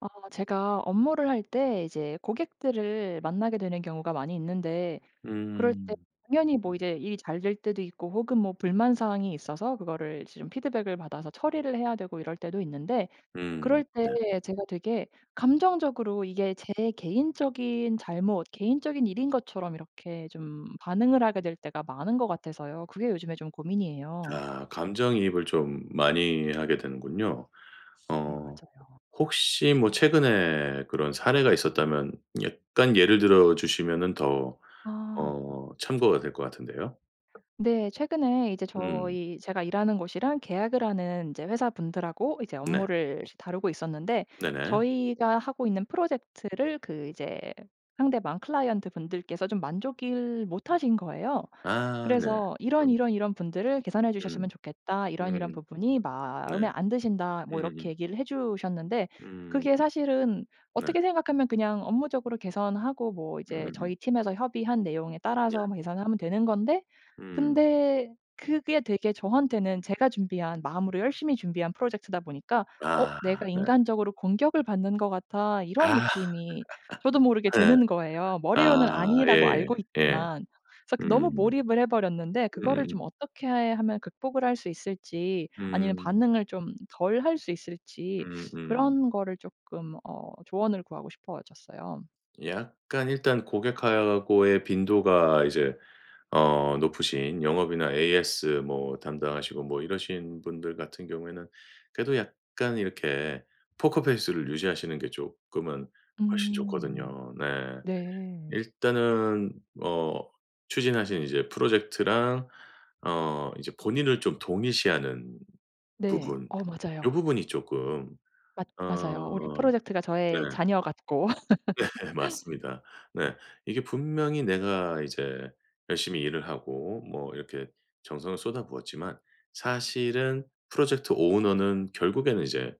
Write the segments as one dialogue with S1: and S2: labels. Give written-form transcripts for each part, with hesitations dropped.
S1: 제가 업무를 할 때 이제 고객들을 만나게 되는 경우가 많이 있는데 그럴 때
S2: 음.
S1: 당연히 뭐 이제 일이 잘 될 때도 있고 혹은 뭐 불만 사항이 있어서 그거를 이제 좀 피드백을 받아서 처리를 해야 되고 이럴 때도 있는데
S2: 음.
S1: 그럴 때
S2: 네.
S1: 제가 되게 감정적으로 이게 제 개인적인 잘못, 개인적인 일인 것처럼 이렇게 좀 반응을 하게 될 때가 많은 것 같아서요. 그게 요즘에 좀 고민이에요.
S2: 아 감정이입을 좀 많이 하게 되는군요.
S1: 네
S2: 어
S1: 맞아요.
S2: 혹시 뭐 최근에 그런 사례가 있었다면 약간 예를 들어 주시면은 더
S1: 아.
S2: 참고가 될 것 같은데요.
S1: 네. 최근에 이제
S2: 음.
S1: 저희 제가 일하는 곳이랑 계약을 하는 이제 회사분들하고 이제
S2: 네.
S1: 업무를 다루고 있었는데
S2: 네네.
S1: 저희가 하고 있는 프로젝트를 그 이제 상대방 클라이언트 분들께서 좀 만족을 못 하신 거예요.
S2: 아 네.
S1: 그래서 "이런
S2: 음.
S1: 이런 이런 분들을 개선해 주셨으면
S2: 음.
S1: 좋겠다. 이런 이런
S2: 음
S1: 부분이
S2: 네.
S1: 마음에 안 드신다." 뭐
S2: 음음.
S1: 이렇게
S2: 음.
S1: 얘기를 해 주셨는데
S2: 음,
S1: 그게 사실은
S2: 네.
S1: 어떻게 생각하면 그냥 업무적으로 개선하고 뭐 이제
S2: 음음음.
S1: 저희 팀에서 협의한 내용에
S2: 네.
S1: 따라서 뭐 개선하면 되는 건데
S2: 음.
S1: 근데 그게 되게 저한테는 제가 준비한 마음으로 열심히 준비한 프로젝트다 보니까 '어
S2: 아
S1: 내가
S2: 네.
S1: 인간적으로 공격을 받는 것 같아.' 이런
S2: 아
S1: 느낌이 저도 모르게
S2: 네.
S1: 드는 거예요. 머리로는
S2: 아
S1: 아니라고
S2: 예예.
S1: 알고
S2: 예. 예.
S1: 있지만 그래서 그 너무
S2: 음.
S1: 몰입을 해 버렸는데 그거를
S2: 음음.
S1: 좀 어떻게 하면 극복을 할 수 있을지 아니면
S2: 음.
S1: 반응을 좀 덜 할 수 있을지
S2: 음음.
S1: 그런 거를 조금 조언을 구하고 싶어졌어요.
S2: 약간 일단 고객하고의 빈도가 이제 높으신 영업이나 AS 뭐 담당하시고 뭐 이러신 분들 같은 경우에는 그래도 약간 이렇게 포커 페이스를 유지하시는 게 조금은 훨씬
S1: 음.
S2: 좋거든요. 네.
S1: 네.
S2: 일단은 어 추진하신 이제 프로젝트랑 이제 본인을 좀 동일시하는
S1: 네.
S2: 부분,
S1: 어
S2: 요
S1: 맞아요.
S2: 부분이 조금
S1: 맞
S2: 어.
S1: 맞아요. 우리 프로젝트가
S2: 네.
S1: 저의 자녀 같고.
S2: 네 맞습니다. 네. 이게 분명히 내가 이제 열심히 일을 하고 뭐 이렇게 정성을 쏟아부었지만 사실은 프로젝트 오너는 결국에는 이제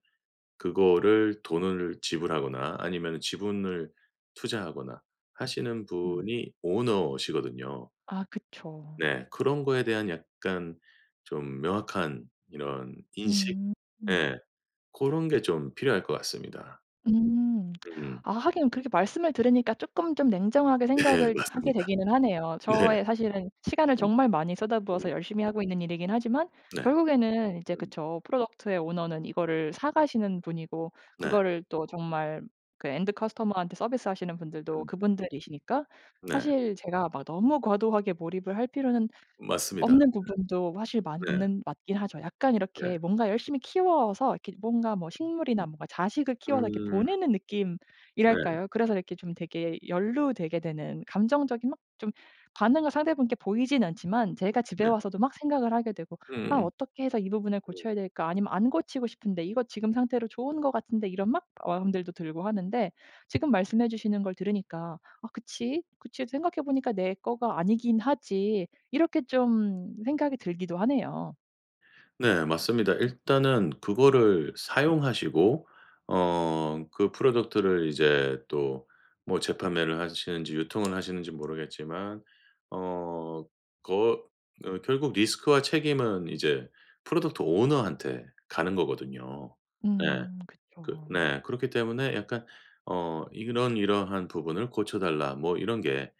S2: 그거를 돈을 지불하거나 아니면 지분을 투자하거나 하시는
S1: 음.
S2: 분이 오너시거든요.
S1: 아 그쵸.
S2: 네. 그런 거에 대한 약간 좀 명확한 이런 인식?
S1: 음.
S2: 예. 그런 게 좀 필요할 것 같습니다.
S1: 음.
S2: 음.
S1: 아 하긴 그렇게 말씀을 들으니까 쪼끔 좀 냉정하게
S2: 네
S1: 생각을 하게
S2: 맞습니다.
S1: 되기는 하네요.
S2: 네.
S1: 저의 사실은 시간을
S2: 음
S1: 정말 많이
S2: 음
S1: 쏟아부어서 열심히 하고 있는 일이긴 하지만
S2: 네.
S1: 결국에는 이제
S2: 음
S1: 그쵸. 프로덕트의 오너는 이거를 사 가시는 분이고
S2: 네.
S1: 그거를 또 정말 그 엔드 커스터머한테 서비스하시는 분들도
S2: 음.
S1: 그분들이시니까
S2: 네.
S1: 사실 제가 막 너무 과도하게 몰입을 할 필요는
S2: 맞습니다.
S1: 없는 부분도 사실
S2: 네.
S1: 맞는 맞긴 하죠. 약간
S2: 네.
S1: 이렇게 뭔가 열심히 키워서 이렇게 뭔가 뭐
S2: 음.
S1: 식물이나 뭔가 자식을 키워서 이렇게
S2: 음.
S1: 보내는
S2: 네.
S1: 느낌이랄까요? 그래서 이렇게 좀 되게 연루되게 되는 감정적인 막 좀 반응을 상대분께 보이진 않지만 제가 집에
S2: 네.
S1: 와서도 막 생각을 하게 되고 '아
S2: 음음.
S1: 어떻게 해서 이 부분을 고쳐야 될까?' 아니면 '안 고치고 싶은데 이거 지금 상태로 좋은 것 같은데.' 이런 막 마음들도 들고 하는데 지금 말씀해 주시는 걸 들으니까 '아 그치. 그치. 생각해 보니까 내 거가 아니긴 하지. 이렇게 좀 생각이 들기도 하네요.
S2: 네. 맞습니다. 일단은 그거를 사용하시고 어 그 프로덕트를 이제 또 뭐 재판매를 하시는지 유통을 하시는지 모르겠지만 어 거 어 결국 리스크와 책임은 이제 프로덕트 오너한테 가는 거거든요. 네. 그
S1: 그쵸.
S2: 네. 그렇기 때문에 약간 어 이런 이러한 부분을 고쳐 달라 뭐 이런 게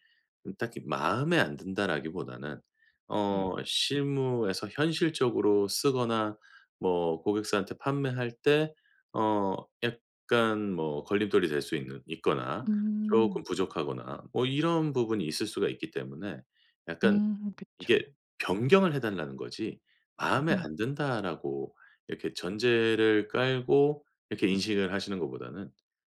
S2: 딱히 마음에 안 든다라기보다는
S1: 네.
S2: 실무에서 현실적으로 쓰거나 뭐 고객사한테 판매할 때 어 약간 뭐 걸림돌이 될 수 있는 있거나
S1: 음.
S2: 쪼끔 부족하거나 뭐 이런 부분이 있을 수가 있기 때문에 약간
S1: 그쵸.
S2: 이게 변경을 해 달라는 거지, '마음에
S1: 음.
S2: 안 든다.'라고 이렇게 전제를 깔고 이렇게 인식을 하시는 것보다는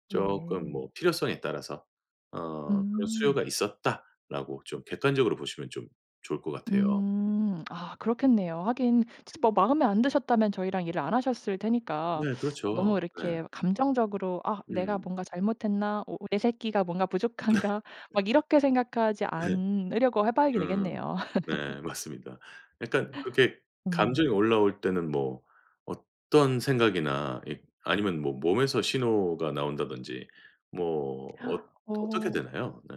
S2: 쪼끔
S1: 네.
S2: 뭐 필요성에 따라서 '그런
S1: 음.
S2: 수요가 있었다.'라고 좀 객관적으로 보시면 좀 좋을 것 같아요.
S1: 음. 아 그렇겠네요. 하긴 진짜 뭐 마음에 안 드셨다면 저희랑 일을 안 하셨을 테니까
S2: 네 그렇죠.
S1: 너무
S2: 네.
S1: 이렇게 감정적으로 '아 내가
S2: 음.
S1: 뭔가 잘못했나? 오 내 새끼가 뭔가 부족한가?' 막 이렇게 생각하지
S2: 네.
S1: 않으려고 해 봐야
S2: 음.
S1: 되겠네요.
S2: 네 맞습니다. 약간 그렇게 감정이
S1: 음.
S2: 올라올 때는 뭐 어떤 생각이나 이 아니면 뭐 몸에서 신호가 나온다든지 뭐 어떻게
S1: 어
S2: 되나요? 네.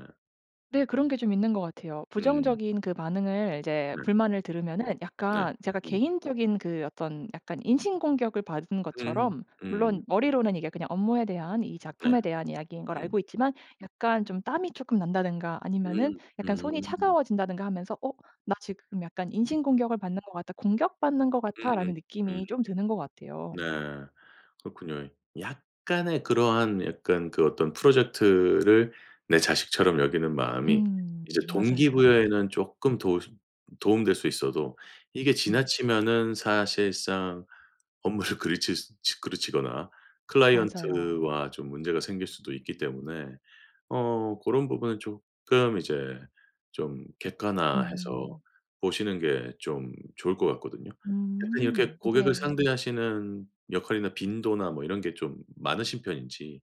S1: 네. 그런 게 좀 있는 것 같아요.
S2: 음.
S1: 부정적인 그 반응을 이제
S2: 네.
S1: 불만을 들으면은
S2: 네.
S1: 약간 제가
S2: 음.
S1: 개인적인 그 어떤 약간 인신공격을 받은
S2: 음.
S1: 것처럼
S2: 음.
S1: 물론 머리로는 이게 그냥 업무에 대한 이 작품에
S2: 네.
S1: 대한 이야기인 걸
S2: 음.
S1: 알고 있지만 약간 좀 땀이 조금 난다든가 아니면은
S2: 음.
S1: 약간 손이
S2: 음.
S1: 차가워진다든가 하면서 '어 나 지금 약간 인신공격을 받는 것 같다. 공격받는 것
S2: 음음.
S1: 같아.'라는
S2: 음. 음.
S1: 느낌이 좀 드는 것 같아요.
S2: 네. 그렇군요. 약간의 그러한 약간 그 어떤 프로젝트를 내 자식처럼 여기는 마음이 이제
S1: 음. 맞아요.
S2: 동기부여에는 쪼끔 도 도움될 수 있어도 이게
S1: 음.
S2: 지나치면은 사실상 업무를 그르칠 수 그르치거나
S1: 맞아요.
S2: 클라이언트와 좀 문제가 생길 수도 있기 때문에 그런 부분은 조금 이제 좀 객관화해서
S1: 음.
S2: 보시는 게 좀 좋을 것 같거든요. 약간 이렇게
S1: 음.
S2: 고객을
S1: 네.
S2: 상대하시는 역할이나 빈도나 뭐 이런 게 좀 많으신 편인지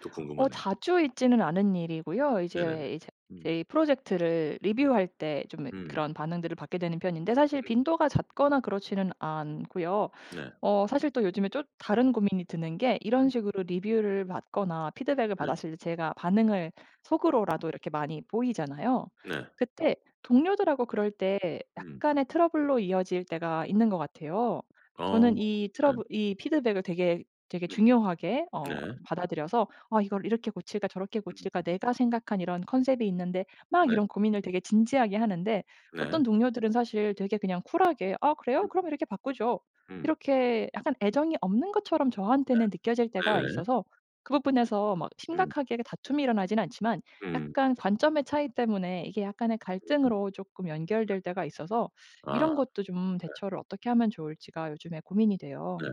S2: 또
S1: 어
S2: 궁금하네요.
S1: 자주 있지는 않은 일이고요.
S2: 네네네.
S1: 이제
S2: 음.
S1: 이 프로젝트를 리뷰할 때 좀
S2: 음.
S1: 그런 반응들을 받게 되는 편인데 사실
S2: 음.
S1: 빈도가 잦거나 그렇지는 않고요.
S2: 네.
S1: 어 사실 또 요즘에 좀 다른 고민이 드는 게 이런
S2: 음.
S1: 식으로 리뷰를 받거나 피드백을
S2: 네.
S1: 받았을 때 제가 반응을 속으로라도 이렇게 많이 보이잖아요.
S2: 네.
S1: 그때 동료들하고 그럴 때
S2: 음.
S1: 약간의 트러블로 이어질 때가 있는 것 같아요.
S2: 어.
S1: 저는 이 트러블
S2: 네.
S1: 이 피드백을 되게 되게
S2: 음.
S1: 중요하게
S2: 네.
S1: 받아들여서 '아 이걸 이렇게 고칠까 저렇게 고칠까
S2: 음.
S1: 내가 생각한 이런 컨셉이 있는데' 막
S2: 네.
S1: 이런 고민을 되게 진지하게 하는데
S2: 네.
S1: 어떤 동료들은 사실 되게 그냥 쿨하게 "아 그래요?
S2: 음.
S1: 그럼 이렇게 바꾸죠."
S2: 음.
S1: 이렇게 약간 애정이 없는 것처럼 저한테는 느껴질 때가
S2: 네네.
S1: 있어서 그 부분에서 막
S2: 음.
S1: 심각하게 다툼이 일어나지는 않지만
S2: 음.
S1: 약간 관점의 차이 때문에 이게 약간의 갈등으로 조금 연결될 때가 있어서
S2: 아.
S1: 이런 것도 좀 대처를 어떻게 하면 좋을지가 요즘에 고민이
S2: 네.
S1: 돼요.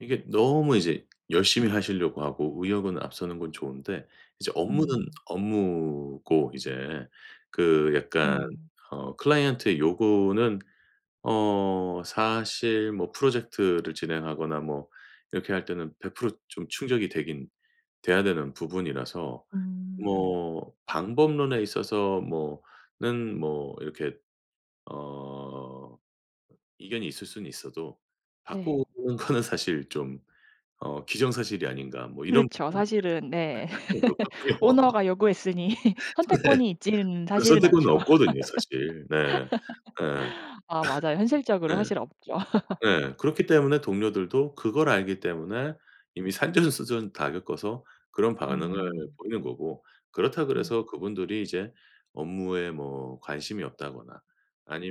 S2: 이게 너무 이제 열심히 하시려고 하고 의욕은 앞서는 건 좋은데 이제 업무는
S1: 음.
S2: 업무고 이제 그 약간
S1: 음.
S2: 클라이언트의 요구는 사실 뭐 프로젝트를 진행하거나 뭐 이렇게 할 때는 100% 좀 충족이 되긴 돼야 되는 부분이라서
S1: 음.
S2: 뭐 방법론에 있어서 뭐는 뭐 이렇게 어 이견이 있을 수는 있어도
S1: 네.
S2: 바꾸는 거는 사실 좀 '기정사실이 아닌가.' 뭐 이런
S1: 그렇죠.
S2: 부분이
S1: 사실은 네.
S2: 사실은 그렇거든요.
S1: 오너가 요구했으니
S2: 네.
S1: 선택권이 있지는
S2: 그런
S1: 사실은
S2: 선택권은
S1: 않죠.
S2: 없거든요 사실. 네. 예.
S1: 아 맞아요. 현실적으로
S2: 예.
S1: 사실 없죠.
S2: 예. 그렇기 때문에 동료들도 그걸 알기 때문에 이미 산전수전 다 겪어서 그런 반응을
S1: 음.
S2: 보이는 거고, 그렇다 그래
S1: 음.
S2: 서 그분들이 이제 업무에 뭐 관심이 없다거나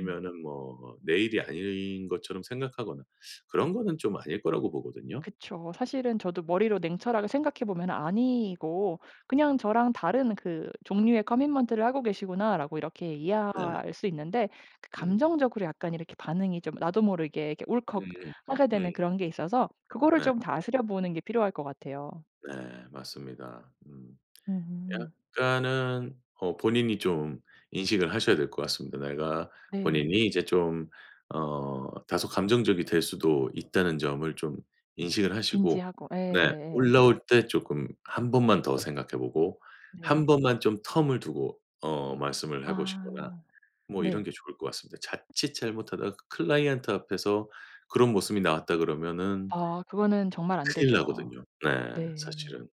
S1: 음.
S2: 뭐 내 일이 아닌 것처럼 생각하거나 그런 거는 좀 아닐 거라고 보거든요.
S1: 그쵸. 사실은 저도 머리로 냉철하게 생각해 보면 '아니고 그냥 저랑 다른 그 종류의 커밋먼트를 하고 계시구나.'라고 이렇게
S2: 네.
S1: 이해할 수 있는데 그
S2: 음.
S1: 감정적으로 약간 이렇게 반응이 좀 나도 모르게 이렇게
S2: 음음. 음.
S1: 울컥하게
S2: 음.
S1: 되는 그런 게 있어서 그거를
S2: 네.
S1: 좀 다스려 보는 게 필요할 것 같아요.
S2: 네. 맞습니다. 음.
S1: 음.
S2: 약간은 본인이 좀 인식을 하셔야 될 것 같습니다. 내가
S1: 네.
S2: 본인이 이제 좀 다소 감정적이 될 수도 있다는 점을 좀 인식을 하시고,
S1: 인지하고. 예
S2: 네
S1: 예
S2: 올라올 때 쪼끔 한 번만 더 생각해 보고
S1: 예. 네.
S2: 한 번만 좀 텀을 두고 말씀을 해 보시거나
S1: 아.
S2: 뭐 이런
S1: 네.
S2: 게 좋을 것 같습니다. 자칫 잘못하다가 클라이언트 앞에서 그런 모습이 나왔다 그러면은
S1: 아 그거는 정말 안
S2: 큰일
S1: 되죠.
S2: 나거든요. 네
S1: 네.
S2: 사실은.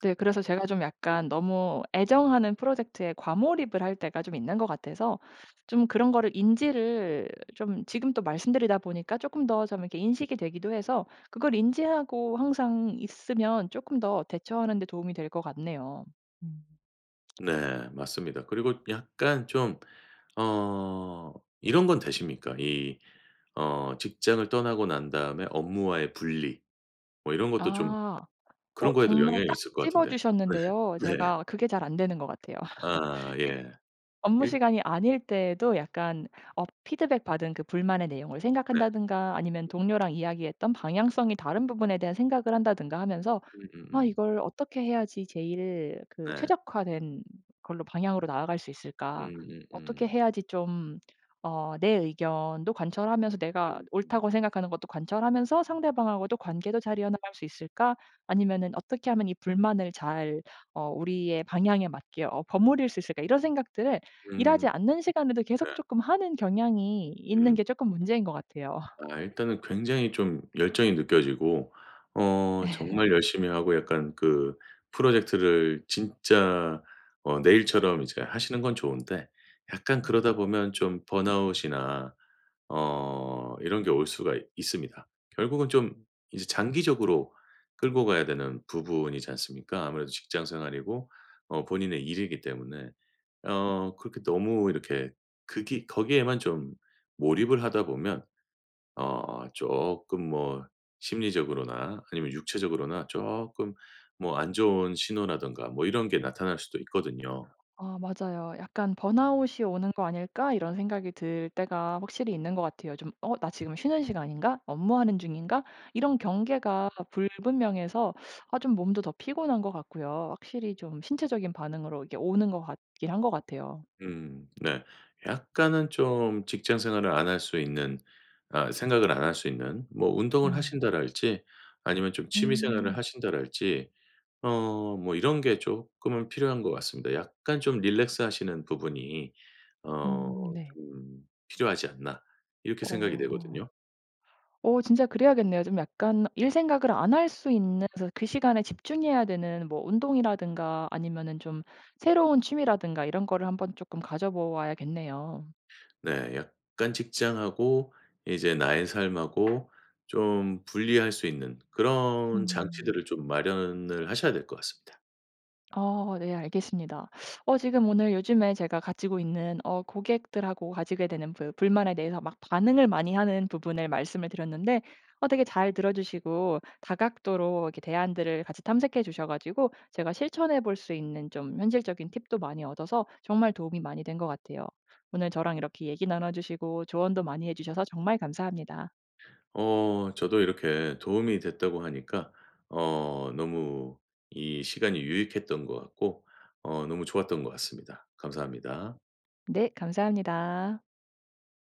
S1: 네. 그래서 제가 좀 약간 너무 애정하는 프로젝트에 과몰입을 할 때가 좀 있는 것 같아서 좀 그런 거를 인지를 좀 지금 또 말씀드리다 보니까 조금 더 좀 이렇게 인식이 되기도 해서 그걸 인지하고 항상 있으면 조금 더 대처하는 데 도움이 될 것 같네요. 음.
S2: 네 맞습니다. 그리고 약간 좀 어 이런 건 되십니까? 이 직장을 떠나고 난 다음에 업무와의 분리 뭐 이런 것도 좀,
S1: 아. 어
S2: 그런 거에도
S1: 정말
S2: 영향이
S1: 딱
S2: 있을 것
S1: 찝어
S2: 같은데. 네.
S1: 주셨는데요.
S2: 네.
S1: 제가 그게 잘 안 되는 것 같아요.
S2: 아 예.
S1: 업무
S2: 일
S1: 시간이 아닐 때에도 약간 피드백 받은 그 불만의 내용을
S2: 네.
S1: 생각한다든가 아니면 동료랑 이야기했던 방향성이 다른 부분에 대한 생각을 한다든가 하면서 '아
S2: 음음음.
S1: 이걸 어떻게 해야지 제일 그
S2: 네.
S1: 최적화된 걸로 방향으로 나아갈 수 있을까? 어떻게
S2: 음.
S1: 해야지 좀 내 의견도 관철하면서
S2: 음.
S1: 내가 옳다고 생각하는 것도 관철하면서 상대방하고도 관계도 잘 이어나갈 수 있을까? 아니면은 어떻게 하면 이 불만을 잘 우리의 방향에 맞게 버무릴 수 있을까?' 이런 생각들을 일하지
S2: 음,
S1: 않는 시간에도 계속
S2: 네.
S1: 조금 하는 경향이 있는
S2: 음.
S1: 게 조금 문제인 것 같아요.
S2: 아 일단은 굉장히 좀 열정이 느껴지고 정말 열심히 하고 약간 그 프로젝트를 진짜 내일처럼 이제 하시는 건 좋은데 약간 그러다 보면 좀 번아웃이나 이런 게 올 수가 있습니다. 결국은 좀 이제 장기적으로 끌고 가야 되는 부분이지 않습니까? 아무래도 직장 생활이고 본인의 일이기 때문에. 그렇게 너무 이렇게 그기 거기에만 좀 몰입을 하다 보면 조금 뭐 심리적으로나 아니면 육체적으로나 조금 뭐 안 좋은 신호라든가 뭐 이런 게 나타날 수도 있거든요.
S1: 아 맞아요. 약간 '번아웃이 오는 거 아닐까?' 이런 생각이 들 때가 확실히 있는 것 같아요. 좀 '어 나 지금 쉬는 시간인가? 업무하는 중인가?' 이런 경계가 불분명해서 아 좀 몸도 더 피곤한 것 같고요. 확실히 좀 신체적인 반응으로 이게 오는 것 같긴 한 것 같아요.
S2: 네. 약간은 좀 직장 생활을 안 할 수 있는, 아 생각을 안 할 수 있는 뭐 운동을
S1: 음.
S2: 하신다랄지 아니면 좀 취미 생활을
S1: 음.
S2: 하신다랄지 뭐 이런 게 조금은 필요한 것 같습니다. 약간 좀 릴렉스 하시는 부분이 어
S1: 네.
S2: 좀 필요하지 않나 이렇게 생각이
S1: 어.
S2: 되거든요.
S1: 어 진짜 그래야겠네요. 좀 약간 일 생각을 안 할 수 있는 그래서 그 시간에 집중해야 되는 뭐 운동이라든가 아니면은 좀 새로운 취미라든가 이런 거를 한번 쪼끔 가져 보아야겠네요.
S2: 네. 약간 직장하고 이제 나의 삶하고 좀 분리할 수 있는 그런
S1: 음.
S2: 장치들을 좀 마련을 하셔야 될 것 같습니다.
S1: 어 네 알겠습니다. 어 지금 오늘 요즘에 제가 가지고 있는 어 고객들하고 가지게 되는 불 불만에 대해서 막 반응을 많이 하는 부분을 말씀을 드렸는데 어 되게 잘 들어 주시고 다각도로 이렇게 대안들을 같이 탐색해 주셔 가지고 제가 실천해 볼 수 있는 좀 현실적인 팁도 많이 얻어서 정말 도움이 많이 된 것 같아요. 오늘 저랑 이렇게 얘기 나눠 주시고 조언도 많이 해 주셔서 정말 감사합니다.
S2: 저도 이렇게 도움이 됐다고 하니까 너무 이 시간이 유익했던 것 같고 너무 좋았던 것 같습니다. 감사합니다.
S1: 네 감사합니다.